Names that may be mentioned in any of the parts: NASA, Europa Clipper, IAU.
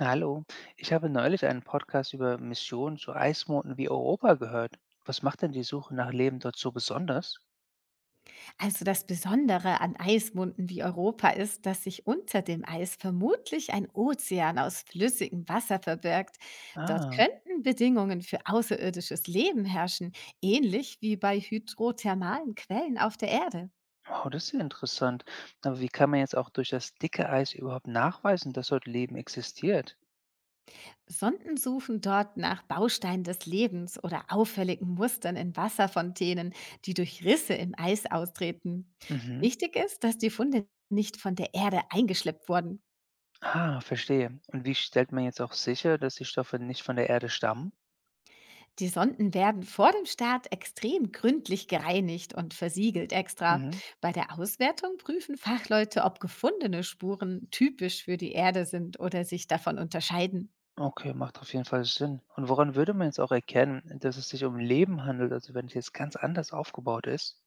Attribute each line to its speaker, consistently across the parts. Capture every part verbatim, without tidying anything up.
Speaker 1: Hallo, ich habe neulich einen Podcast über Missionen zu Eismonden wie Europa gehört. Was macht denn die Suche nach Leben dort so besonders?
Speaker 2: Also das Besondere an Eismunden wie Europa ist, dass sich unter dem Eis vermutlich ein Ozean aus flüssigem Wasser verbirgt. Dort
Speaker 1: Ah,
Speaker 2: könnten Bedingungen für außerirdisches Leben herrschen, ähnlich wie bei hydrothermalen Quellen auf der Erde.
Speaker 1: wow, das ist ja interessant. Aber wie kann man jetzt auch durch das dicke Eis überhaupt nachweisen, dass dort Leben existiert?
Speaker 2: Sonden suchen dort nach Bausteinen des Lebens oder auffälligen Mustern in Wasserfontänen, die durch Risse im Eis austreten.
Speaker 1: Mhm.
Speaker 2: Wichtig ist, dass die Funde nicht von der Erde eingeschleppt wurden.
Speaker 1: Ah, verstehe. Und wie stellt man jetzt auch sicher, dass die Stoffe nicht von der Erde stammen?
Speaker 2: Die Sonden werden vor dem Start extrem gründlich gereinigt und versiegelt extra.
Speaker 1: Mhm.
Speaker 2: Bei der Auswertung prüfen Fachleute, ob gefundene Spuren typisch für die Erde sind oder sich davon unterscheiden.
Speaker 1: Okay, macht auf jeden Fall Sinn. Und woran würde man jetzt auch erkennen, dass es sich um Leben handelt, also wenn es jetzt ganz anders aufgebaut ist?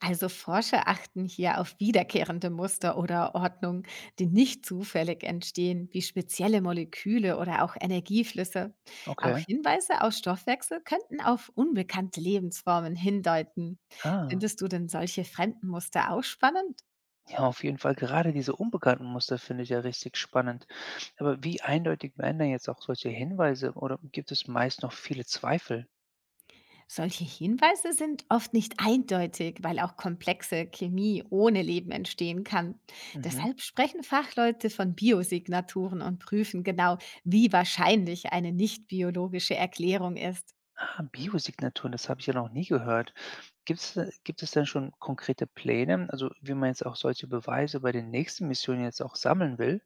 Speaker 2: Also Forscher achten hier auf wiederkehrende Muster oder Ordnung, die nicht zufällig entstehen, wie spezielle Moleküle oder auch Energieflüsse. Auch
Speaker 1: Okay.
Speaker 2: Hinweise auf Stoffwechsel könnten auf unbekannte Lebensformen hindeuten.
Speaker 1: Ah.
Speaker 2: Findest du denn solche fremden Muster auch spannend?
Speaker 1: Ja, auf jeden Fall. Gerade diese unbekannten Muster finde ich ja richtig spannend. Aber wie eindeutig werden denn jetzt auch solche Hinweise oder gibt es meist noch viele Zweifel?
Speaker 2: Solche Hinweise sind oft nicht eindeutig, weil auch komplexe Chemie ohne Leben entstehen kann.
Speaker 1: Mhm.
Speaker 2: Deshalb sprechen Fachleute von Biosignaturen und prüfen genau, wie wahrscheinlich eine nicht biologische Erklärung ist.
Speaker 1: Ah, Biosignaturen, das habe ich ja noch nie gehört. Gibt's, da- gibt es denn schon konkrete Pläne, also wie man jetzt auch solche Beweise bei den nächsten Missionen jetzt auch sammeln will?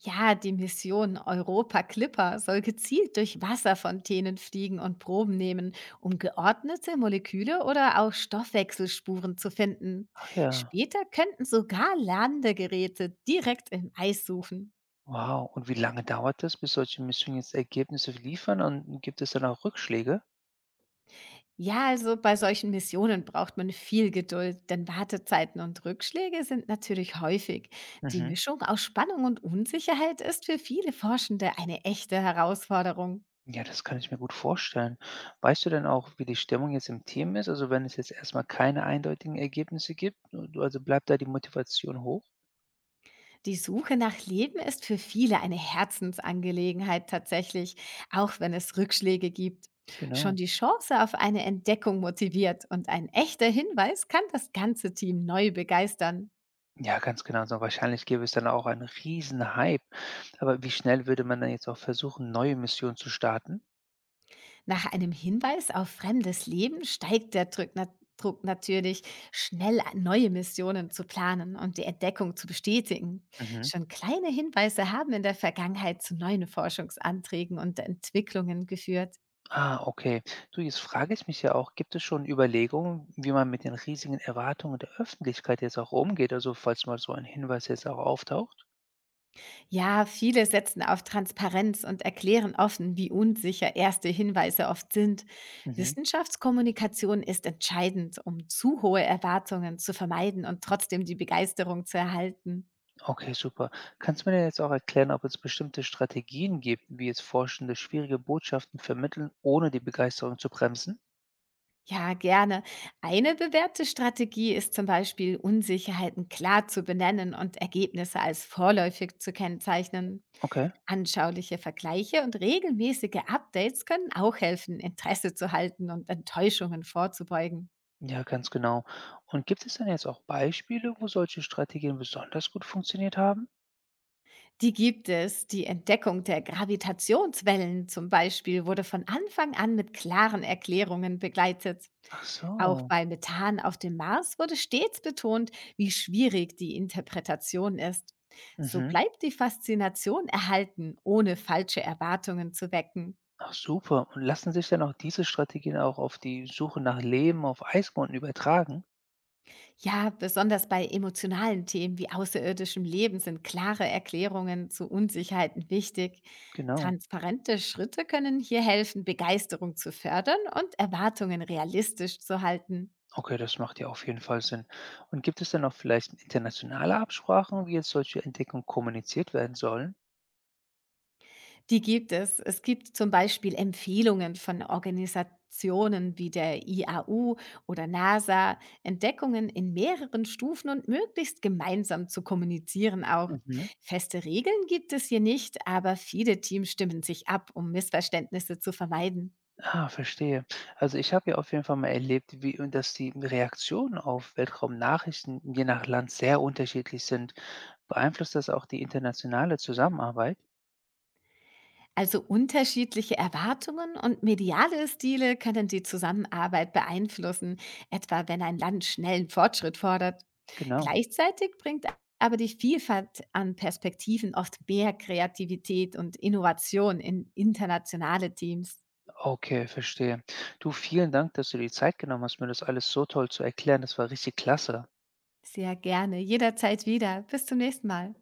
Speaker 2: Ja, die Mission Europa Clipper soll gezielt durch Wasserfontänen fliegen und Proben nehmen, um geordnete Moleküle oder auch Stoffwechselspuren zu finden.
Speaker 1: Ach ja,
Speaker 2: Später könnten sogar Landegeräte direkt im Eis suchen.
Speaker 1: wow. Und wie lange dauert das, bis solche Missionen jetzt Ergebnisse liefern und gibt es dann auch Rückschläge?
Speaker 2: Ja, also bei solchen Missionen braucht man viel Geduld, denn Wartezeiten und Rückschläge sind natürlich häufig. Die
Speaker 1: Mhm.
Speaker 2: Mischung aus Spannung und Unsicherheit ist für viele Forschende eine echte Herausforderung.
Speaker 1: Ja, das kann ich mir gut vorstellen. Weißt du denn auch, wie die Stimmung jetzt im Team ist? Also, wenn es jetzt erstmal keine eindeutigen Ergebnisse gibt, du also, bleibt da die Motivation hoch?
Speaker 2: Die Suche nach Leben ist für viele eine Herzensangelegenheit tatsächlich, auch wenn es Rückschläge gibt. Schon
Speaker 1: Genau.
Speaker 2: die Chance auf eine Entdeckung motiviert und ein echter Hinweis kann das ganze Team neu begeistern.
Speaker 1: Ja, ganz genau so. Wahrscheinlich gäbe es dann auch einen riesen Hype. Aber wie schnell würde man dann jetzt auch versuchen, neue Missionen zu starten?
Speaker 2: Nach einem Hinweis auf fremdes Leben steigt der Druck, na Druck natürlich, schnell neue Missionen zu planen und die Entdeckung zu bestätigen.
Speaker 1: Mhm.
Speaker 2: Schon kleine Hinweise haben in der Vergangenheit zu neuen Forschungsanträgen und Entwicklungen geführt.
Speaker 1: Ah, okay. Du, jetzt frage ich mich ja auch, gibt es schon Überlegungen, wie man mit den riesigen Erwartungen der Öffentlichkeit jetzt auch umgeht? Also, falls mal so ein Hinweis jetzt auch auftaucht?
Speaker 2: Ja, viele setzen auf Transparenz und erklären offen, wie unsicher erste Hinweise oft sind.
Speaker 1: Mhm.
Speaker 2: Wissenschaftskommunikation ist entscheidend, um zu hohe Erwartungen zu vermeiden und trotzdem die Begeisterung zu erhalten.
Speaker 1: Okay, super. Kannst du mir denn jetzt auch erklären, ob es bestimmte Strategien gibt, wie jetzt Forschende schwierige Botschaften vermitteln, ohne die Begeisterung zu bremsen?
Speaker 2: Ja, gerne. Eine bewährte Strategie ist zum Beispiel, Unsicherheiten klar zu benennen und Ergebnisse als vorläufig zu kennzeichnen.
Speaker 1: Okay,
Speaker 2: Anschauliche Vergleiche und regelmäßige Updates können auch helfen, Interesse zu halten und Enttäuschungen vorzubeugen.
Speaker 1: ja, ganz genau. Und gibt es denn jetzt auch Beispiele, wo solche Strategien besonders gut funktioniert haben?
Speaker 2: Die gibt es. Die Entdeckung der Gravitationswellen zum Beispiel wurde von Anfang an mit klaren Erklärungen begleitet.
Speaker 1: Ach
Speaker 2: Auch
Speaker 1: so.
Speaker 2: bei Methan auf dem Mars wurde stets betont, wie schwierig die Interpretation ist. So
Speaker 1: Mhm.
Speaker 2: bleibt die Faszination erhalten, ohne falsche Erwartungen zu wecken.
Speaker 1: Ach super. Und lassen sich dann auch diese Strategien auch auf die Suche nach Leben auf Eismonden übertragen?
Speaker 2: Ja, besonders bei emotionalen Themen wie außerirdischem Leben sind klare Erklärungen zu Unsicherheiten wichtig.
Speaker 1: Genau.
Speaker 2: Transparente Schritte können hier helfen, Begeisterung zu fördern und Erwartungen realistisch zu halten.
Speaker 1: Okay, das macht ja auf jeden Fall Sinn. Und gibt es dann auch vielleicht internationale Absprachen, wie jetzt solche Entdeckungen kommuniziert werden sollen?
Speaker 2: Die gibt es. Es gibt zum Beispiel Empfehlungen von Organisationen wie der I A U oder NASA, Entdeckungen in mehreren Stufen und möglichst gemeinsam zu kommunizieren auch.
Speaker 1: Mhm.
Speaker 2: Feste Regeln gibt es hier nicht, aber viele Teams stimmen sich ab, um Missverständnisse zu vermeiden.
Speaker 1: Ah, verstehe. Also ich habe ja auf jeden Fall mal erlebt, wie und dass die Reaktionen auf Weltraumnachrichten je nach Land sehr unterschiedlich sind. Beeinflusst das auch die internationale Zusammenarbeit?
Speaker 2: Also unterschiedliche Erwartungen und mediale Stile können die Zusammenarbeit beeinflussen, etwa wenn ein Land schnellen Fortschritt fordert.
Speaker 1: Genau.
Speaker 2: Gleichzeitig bringt aber die Vielfalt an Perspektiven oft mehr Kreativität und Innovation in internationale Teams.
Speaker 1: Okay, verstehe. Du, vielen Dank, dass du die Zeit genommen hast, mir das alles so toll zu erklären. Das war richtig klasse.
Speaker 2: Sehr gerne, jederzeit wieder. Bis zum nächsten Mal.